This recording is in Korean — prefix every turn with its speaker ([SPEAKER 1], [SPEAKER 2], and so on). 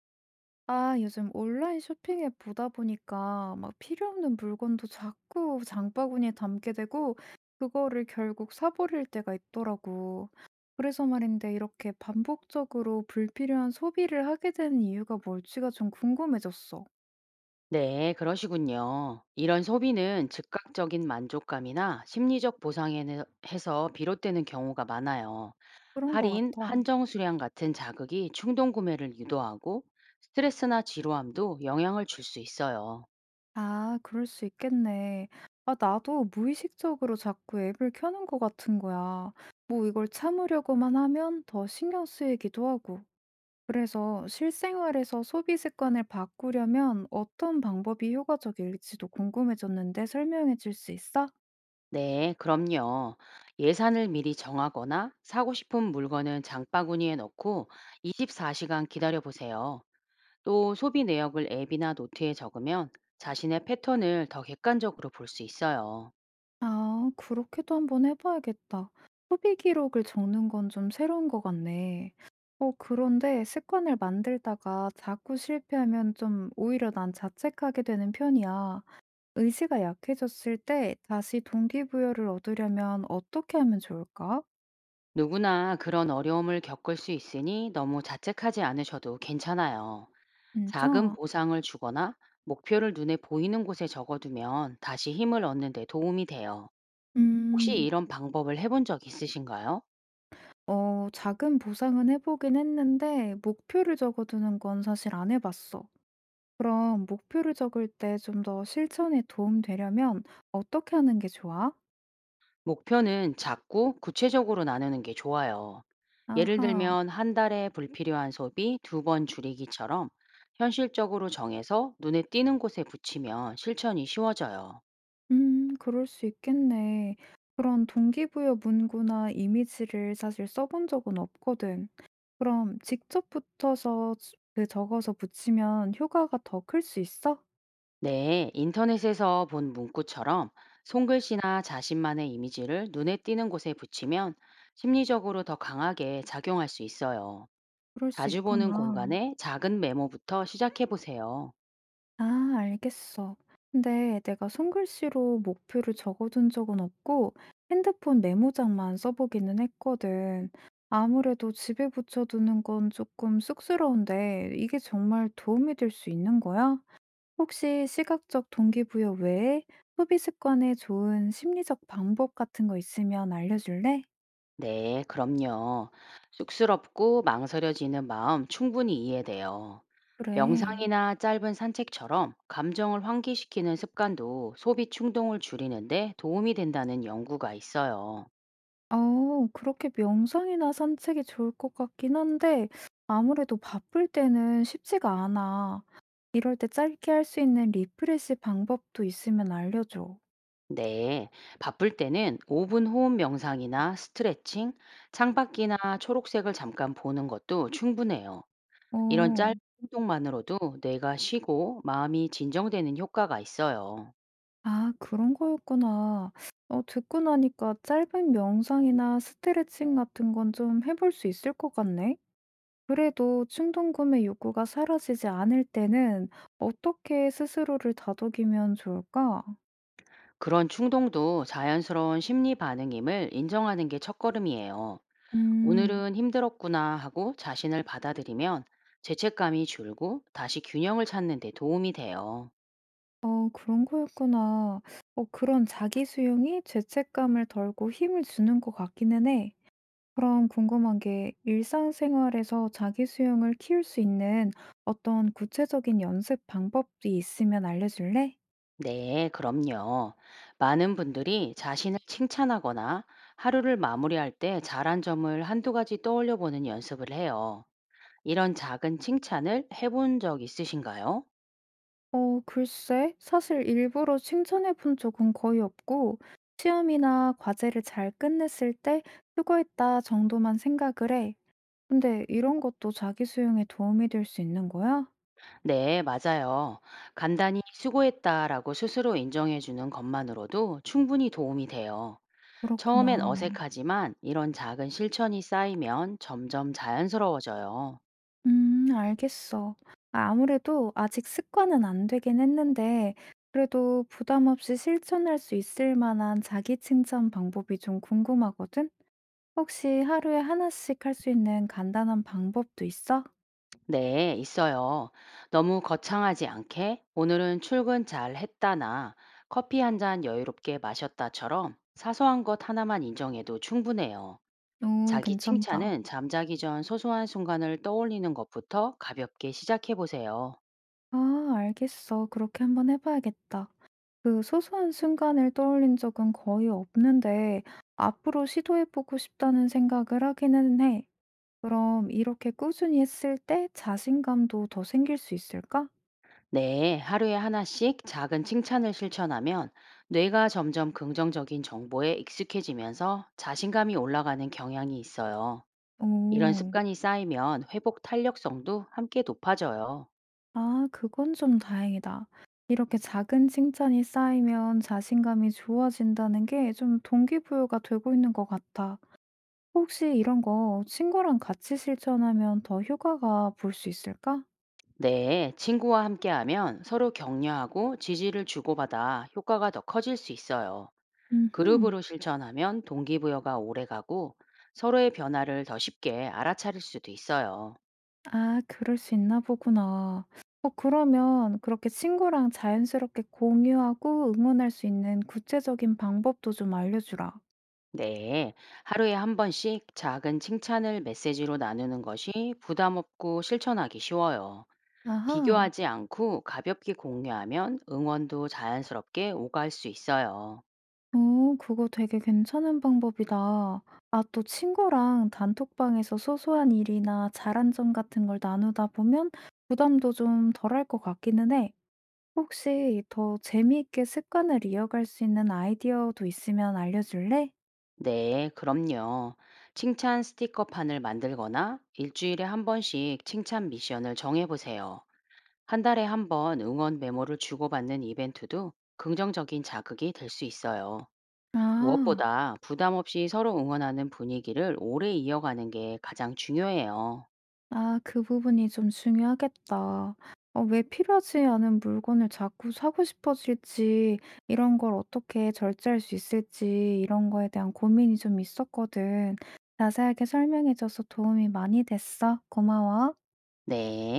[SPEAKER 1] 아, 요즘 온라인 쇼핑 앱 보다 보니까 막 필요 없는 물건도 자꾸 장바구니에 담게 되고 그거를 결국 사버릴 때가 있더라고. 그래서 말인데 이렇게 반복적으로 불필요한 소비를 하게 되는 이유가 뭘지가 좀 궁금해졌어.
[SPEAKER 2] 네, 그러시군요. 이런 소비는 즉각적인 만족감이나 심리적 보상에서 비롯되는 경우가 많아요.
[SPEAKER 1] 그런 것
[SPEAKER 2] 할인,
[SPEAKER 1] 같아.
[SPEAKER 2] 한정 수량 같은 자극이 충동 구매를 유도하고 스트레스나 지루함도 영향을 줄 수 있어요.
[SPEAKER 1] 아, 그럴 수 있겠네. 아, 나도 무의식적으로 자꾸 앱을 켜는 것 같은 거야. 뭐 이걸 참으려고만 하면 더 신경 쓰이기도 하고. 그래서 실생활에서 소비 습관을 바꾸려면 어떤 방법이 효과적일지도 궁금해졌는데 설명해 줄 수 있어?
[SPEAKER 2] 네, 그럼요. 예산을 미리 정하거나 사고 싶은 물건은 장바구니에 넣고 24시간 기다려 보세요. 또 소비 내역을 앱이나 노트에 적으면 자신의 패턴을 더 객관적으로 볼 수 있어요.
[SPEAKER 1] 아, 그렇게도 한번 해봐야겠다. 소비 기록을 적는 건 좀 새로운 것 같네. 어, 그런데 습관을 만들다가 자꾸 실패하면 좀 오히려 난 자책하게 되는 편이야. 의지가 약해졌을 때 다시 동기부여를 얻으려면 어떻게 하면 좋을까?
[SPEAKER 2] 누구나 그런 어려움을 겪을 수 있으니 너무 자책하지 않으셔도 괜찮아요. 작은
[SPEAKER 1] 진짜?
[SPEAKER 2] 보상을 주거나 목표를 눈에 보이는 곳에 적어두면 다시 힘을 얻는 데 도움이 돼요. 혹시
[SPEAKER 1] 음.
[SPEAKER 2] 이런 방법을 해본 적 있으신가요?
[SPEAKER 1] 어, 작은 보상은 해보긴 했는데, 목표를 적어두는 건 사실 안 해봤어. 그럼 목표를 적을 때 좀 더 실천에 도움 되려면 어떻게 하는 게 좋아?
[SPEAKER 2] 목표는 작고 구체적으로 나누는 게 좋아요. 예를
[SPEAKER 1] 아하,
[SPEAKER 2] 들면 한 달에 불필요한 소비 두 번 줄이기처럼 현실적으로 정해서 눈에 띄는 곳에 붙이면 실천이 쉬워져요.
[SPEAKER 1] 그럴 수 있겠네. 그런 동기부여 문구나 이미지를 사실 써본 적은 없거든. 그럼 직접 붙어서 그 적어서 붙이면 효과가 더 클 수 있어?
[SPEAKER 2] 네, 인터넷에서 본 문구처럼 손글씨나 자신만의 이미지를 눈에 띄는 곳에 붙이면 심리적으로 더 강하게 작용할 수 있어요.
[SPEAKER 1] 그럴 수
[SPEAKER 2] 자주 보는
[SPEAKER 1] 있구나.
[SPEAKER 2] 공간에 작은 메모부터 시작해 보세요.
[SPEAKER 1] 아, 알겠어. 근데 내가 손글씨로 목표를 적어둔 적은 없고 핸드폰 메모장만 써보기는 했거든. 아무래도 집에 붙여두는 건 조금 쑥스러운데 이게 정말 도움이 될 수 있는 거야? 혹시 시각적 동기부여 외에 소비 습관에 좋은 심리적 방법 같은 거 있으면 알려줄래?
[SPEAKER 2] 네, 그럼요. 쑥스럽고 망설여지는 마음 충분히 이해돼요.
[SPEAKER 1] 그래.
[SPEAKER 2] 명상이나 짧은 산책처럼 감정을 환기시키는 습관도 소비 충동을 줄이는데 도움이 된다는 연구가 있어요.
[SPEAKER 1] 어 그렇게 명상이나 산책이 좋을 것 같긴 한데 아무래도 바쁠 때는 쉽지가 않아. 이럴 때 짧게 할 수 있는 리프레시 방법도 있으면 알려줘.
[SPEAKER 2] 네, 바쁠 때는 5분 호흡 명상이나 스트레칭, 창밖이나 초록색을 잠깐 보는 것도 충분해요. 이런 짧은
[SPEAKER 1] 어.
[SPEAKER 2] 행동만으로도 뇌가 쉬고 마음이 진정되는 효과가 있어요.
[SPEAKER 1] 아, 그런 거였구나. 어, 듣고 나니까 짧은 명상이나 스트레칭 같은 건 좀 해볼 수 있을 것 같네. 그래도 충동 구매 욕구가 사라지지 않을 때는 어떻게 스스로를 다독이면 좋을까?
[SPEAKER 2] 그런 충동도 자연스러운 심리 반응임을 인정하는 게 첫걸음이에요.
[SPEAKER 1] 음.
[SPEAKER 2] 오늘은 힘들었구나 하고 자신을 받아들이면 죄책감이 줄고 다시 균형을 찾는 데 도움이 돼요.
[SPEAKER 1] 어 그런 거였구나. 어 그런 자기 수용이 죄책감을 덜고 힘을 주는 것 같기는 해. 그럼 궁금한 게 일상생활에서 자기 수용을 키울 수 있는 어떤 구체적인 연습 방법이 있으면 알려줄래?
[SPEAKER 2] 네, 그럼요. 많은 분들이 자신을 칭찬하거나 하루를 마무리할 때 잘한 점을 한두 가지 떠올려 보는 연습을 해요. 이런 작은 칭찬을 해본 적 있으신가요?
[SPEAKER 1] 어 글쎄 사실 일부러 칭찬해 본 적은 거의 없고 시험이나 과제를 잘 끝냈을 때 "수고했다." 정도만 생각을 해. 근데 이런 것도 자기 수용에 도움이 될 수 있는 거야?
[SPEAKER 2] 네, 맞아요. 간단히 수고했다라고 스스로 인정해 주는 것만으로도 충분히 도움이 돼요. 처음엔
[SPEAKER 1] 그렇구나.
[SPEAKER 2] 어색하지만 이런 작은 실천이 쌓이면 점점 자연스러워져요.
[SPEAKER 1] 알겠어. 아, 아무래도 아직 습관은 안 되긴 했는데, 그래도 부담 없이 실천할 수 있을 만한 자기 칭찬 방법이 좀 궁금하거든? 혹시 하루에 하나씩 할 수 있는 간단한 방법도 있어?
[SPEAKER 2] 네, 있어요. 너무 거창하지 않게 오늘은 출근 잘 했다나 커피 한 잔 여유롭게 마셨다처럼 사소한 것 하나만 인정해도 충분해요.
[SPEAKER 1] 오,
[SPEAKER 2] 자기
[SPEAKER 1] 괜찮다.
[SPEAKER 2] 칭찬은 잠자기 전 소소한 순간을 떠올리는 것부터 가볍게 시작해 보세요.
[SPEAKER 1] 아, 알겠어. 그렇게 한번 해봐야겠다. 그 소소한 순간을 떠올린 적은 거의 없는데, 앞으로 시도해보고 싶다는 생각을 하기는 해. 그럼 이렇게 꾸준히 했을 때 자신감도 더 생길 수 있을까?
[SPEAKER 2] 네, 하루에 하나씩 작은 칭찬을 실천하면 뇌가 점점 긍정적인 정보에 익숙해지면서 자신감이 올라가는 경향이 있어요. 이런
[SPEAKER 1] 오,
[SPEAKER 2] 습관이 쌓이면 회복 탄력성도 함께 높아져요.
[SPEAKER 1] 아, 그건 좀 다행이다. 이렇게 작은 칭찬이 쌓이면 자신감이 좋아진다는 게 좀 동기부여가 되고 있는 것 같아. 혹시 이런 거 친구랑 같이 실천하면 더 효과가 볼 수 있을까?
[SPEAKER 2] 네, 친구와 함께하면 서로 격려하고 지지를 주고받아 효과가 더 커질 수 있어요.
[SPEAKER 1] 음흠.
[SPEAKER 2] 그룹으로 실천하면 동기부여가 오래가고 서로의 변화를 더 쉽게 알아차릴 수도 있어요.
[SPEAKER 1] 아, 그럴 수 있나 보구나. 어, 그러면 그렇게 친구랑 자연스럽게 공유하고 응원할 수 있는 구체적인 방법도 좀 알려주라.
[SPEAKER 2] 네, 하루에 한 번씩 작은 칭찬을 메시지로 나누는 것이 부담 없고 실천하기 쉬워요.
[SPEAKER 1] 아하.
[SPEAKER 2] 비교하지 않고 가볍게 공유하면 응원도 자연스럽게 오갈 수 있어요.
[SPEAKER 1] 어, 그거 되게 괜찮은 방법이다. 아, 또 친구랑 단톡방에서 소소한 일이나 잘한 점 같은 걸 나누다 보면 부담도 좀 덜할 것 같기는 해. 혹시 더 재미있게 습관을 이어갈 수 있는 아이디어도 있으면 알려줄래?
[SPEAKER 2] 네, 그럼요. 칭찬 스티커판을 만들거나 일주일에 한 번씩 칭찬 미션을 정해보세요. 한 달에 한 번 응원 메모를 주고받는 이벤트도 긍정적인 자극이 될 수 있어요.
[SPEAKER 1] 아.
[SPEAKER 2] 무엇보다 부담 없이 서로 응원하는 분위기를 오래 이어가는 게 가장 중요해요.
[SPEAKER 1] 아, 그 부분이 좀 중요하겠다. 어, 왜 필요하지 않은 물건을 자꾸 사고 싶어질지, 이런 걸 어떻게 절제할 수 있을지, 이런 거에 대한 고민이 좀 있었거든. 자세하게 설명해줘서 도움이 많이 됐어. 고마워.
[SPEAKER 2] 네.